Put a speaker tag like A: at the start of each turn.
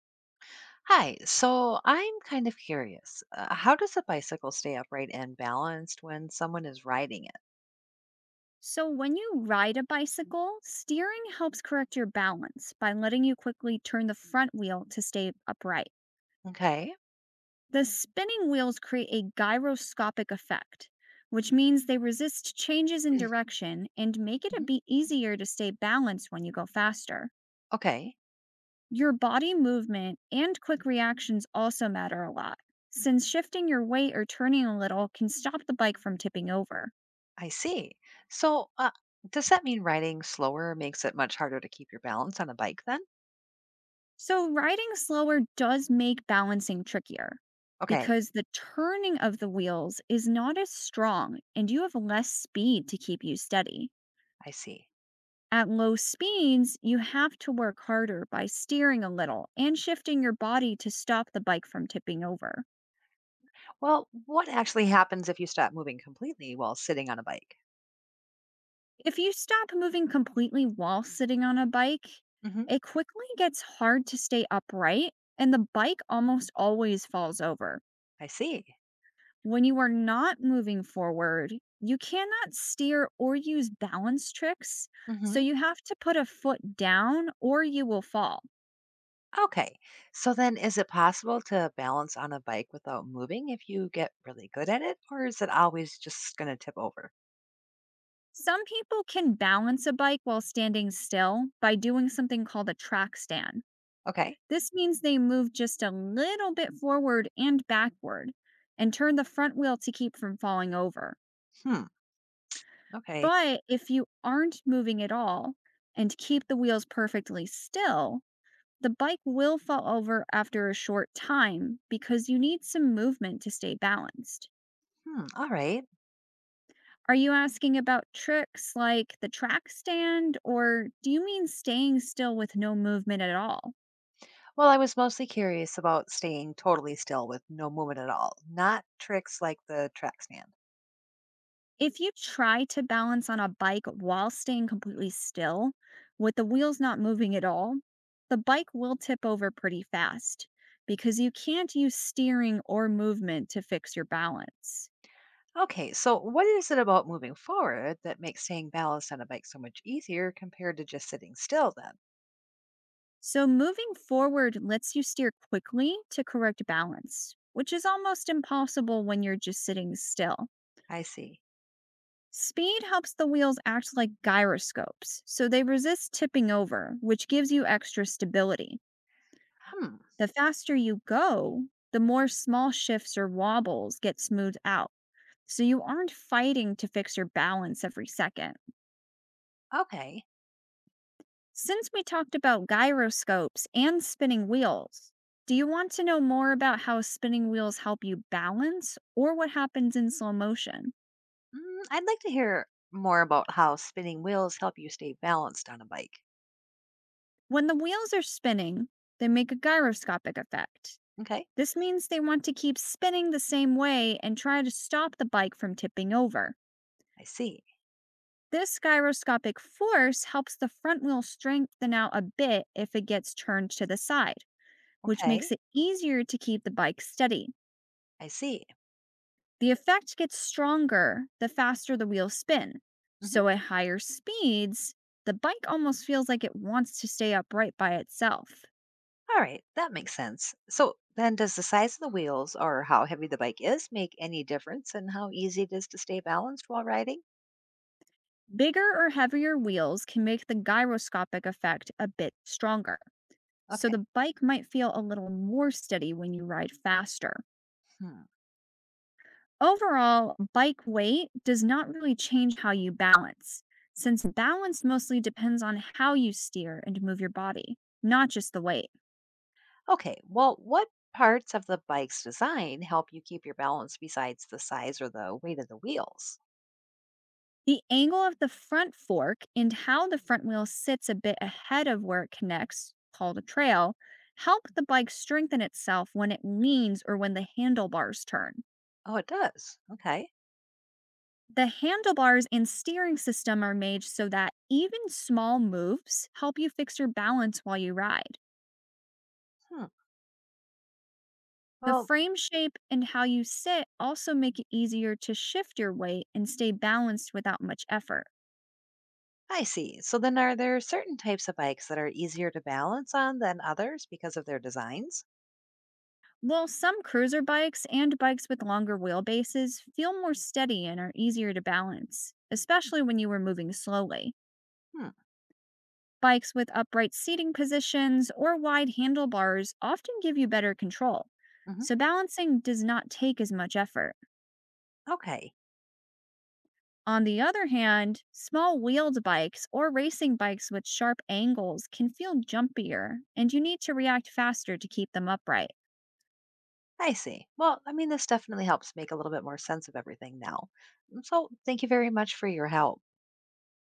A: Hi, so I'm kind of curious. How does a bicycle stay upright and balanced when someone is riding it?
B: So, when you ride a bicycle, steering helps correct your balance by letting you quickly turn the front wheel to stay upright.
A: Okay.
B: The spinning wheels create a gyroscopic effect, which means they resist changes in direction and make it a
A: Mhm.
B: bit easier to stay balanced when you go faster.
A: Okay,
B: Your body movement and quick reactions also matter a lot, since shifting your weight or turning a little can stop the bike from tipping over.
A: I see. So, does that mean riding slower makes it much harder to keep your balance on a bike then?
B: So, riding slower does make balancing trickier
A: Okay,
B: because the turning of the wheels is not as strong and you have less speed to keep you steady.
A: I see.
B: At low speeds, you have to work harder by steering a little and shifting your body to stop the bike from tipping over.
A: Well, what actually happens if you stop moving completely while sitting on a bike?
B: If you stop moving completely while sitting on a bike,
A: Hmm.
B: it quickly gets hard to stay upright and the bike almost always falls over.
A: I see.
B: When you are not moving forward, you cannot steer or use balance tricks, so
A: Hmm.
B: you have to put a foot down or you will fall.
A: Okay. So then, is it possible to balance on a bike without moving if you get really good at it, or is it always just going to tip over?
B: Some people can balance a bike while standing still by doing something called a track stand.
A: Okay.
B: This means they move just a little bit forward and backward and turn the front wheel to keep from falling over.
A: Hmm. Okay.
B: But if you aren't moving at all and keep the wheels perfectly still, the bike will fall over after a short time because you need some movement to stay balanced.
A: Hmm. All right.
B: Are you asking about tricks like the track stand, or do you mean staying still with no movement at all?
A: Well, I was mostly curious about staying totally still with no movement at all, not tricks like the track stand.
B: If you try to balance on a bike while staying completely still, with the wheels not moving at all, the bike will tip over pretty fast because you can't use steering or movement to fix your balance.
A: Okay. So, what is it about moving forward that makes staying balanced on a bike so much easier compared to just sitting still then?
B: So, moving forward lets you steer quickly to correct balance, which is almost impossible when you're just sitting still.
A: I see.
B: Speed helps the wheels act like gyroscopes, so they resist tipping over, which gives you extra stability.
A: Hmm.
B: The faster you go, the more small shifts or wobbles get smoothed out, so you aren't fighting to fix your balance every second.
A: Okay.
B: Since we talked about gyroscopes and spinning wheels, do you want to know more about how spinning wheels help you balance or what happens in slow motion?
A: I'd like to hear more about how spinning wheels help you stay balanced on a bike.
B: When the wheels are spinning, they make a gyroscopic effect.
A: Okay.
B: This means they want to keep spinning the same way and try to stop the bike from tipping over.
A: I see.
B: This gyroscopic force helps the front wheel strengthen out a bit if it gets turned to the side, which makes
A: Okay.
B: it easier to keep the bike steady.
A: I see.
B: The effect gets stronger the faster the wheels spin.
A: Mhm.
B: So at higher speeds, the bike almost feels like it wants to stay upright by itself.
A: All right, that makes sense. So then, does the size of the wheels or how heavy the bike is make any difference in how easy it is to stay balanced while riding?
B: Bigger or heavier wheels can make the gyroscopic effect a bit stronger, so
A: Okay.
B: the bike might feel a little more steady when you ride faster.
A: Hmm.
B: Overall, bike weight does not really change how you balance, since balance mostly depends on how you steer and move your body, not just the weight.
A: Okay. Well, what parts of the bike's design help you keep your balance besides the size or the weight of the wheels?
B: The angle of the front fork and how the front wheel sits a bit ahead of where it connects, called a trail, help the bike strengthen itself when it leans or when the handlebars turn.
A: Oh, it does. Okay.
B: The handlebars and steering system are made so that even small moves help you fix your balance while you ride.
A: Hmm.
B: The
A: Well,
B: frame shape and how you sit also make it easier to shift your weight and stay balanced without much effort.
A: I see. So then, are there certain types of bikes that are easier to balance on than others because of their designs?
B: While some cruiser bikes and bikes with longer wheelbases feel more steady and are easier to balance, especially when you are moving slowly,
A: Hmm.
B: bikes with upright seating positions or wide handlebars often give you better control.
A: Hmm.
B: So, balancing does not take as much effort.
A: Okay.
B: On the other hand, small wheeled bikes or racing bikes with sharp angles can feel jumpier, and you need to react faster to keep them upright.
A: I see. Well, I mean, this definitely helps make a little bit more sense of everything now. So, thank you very much for your help.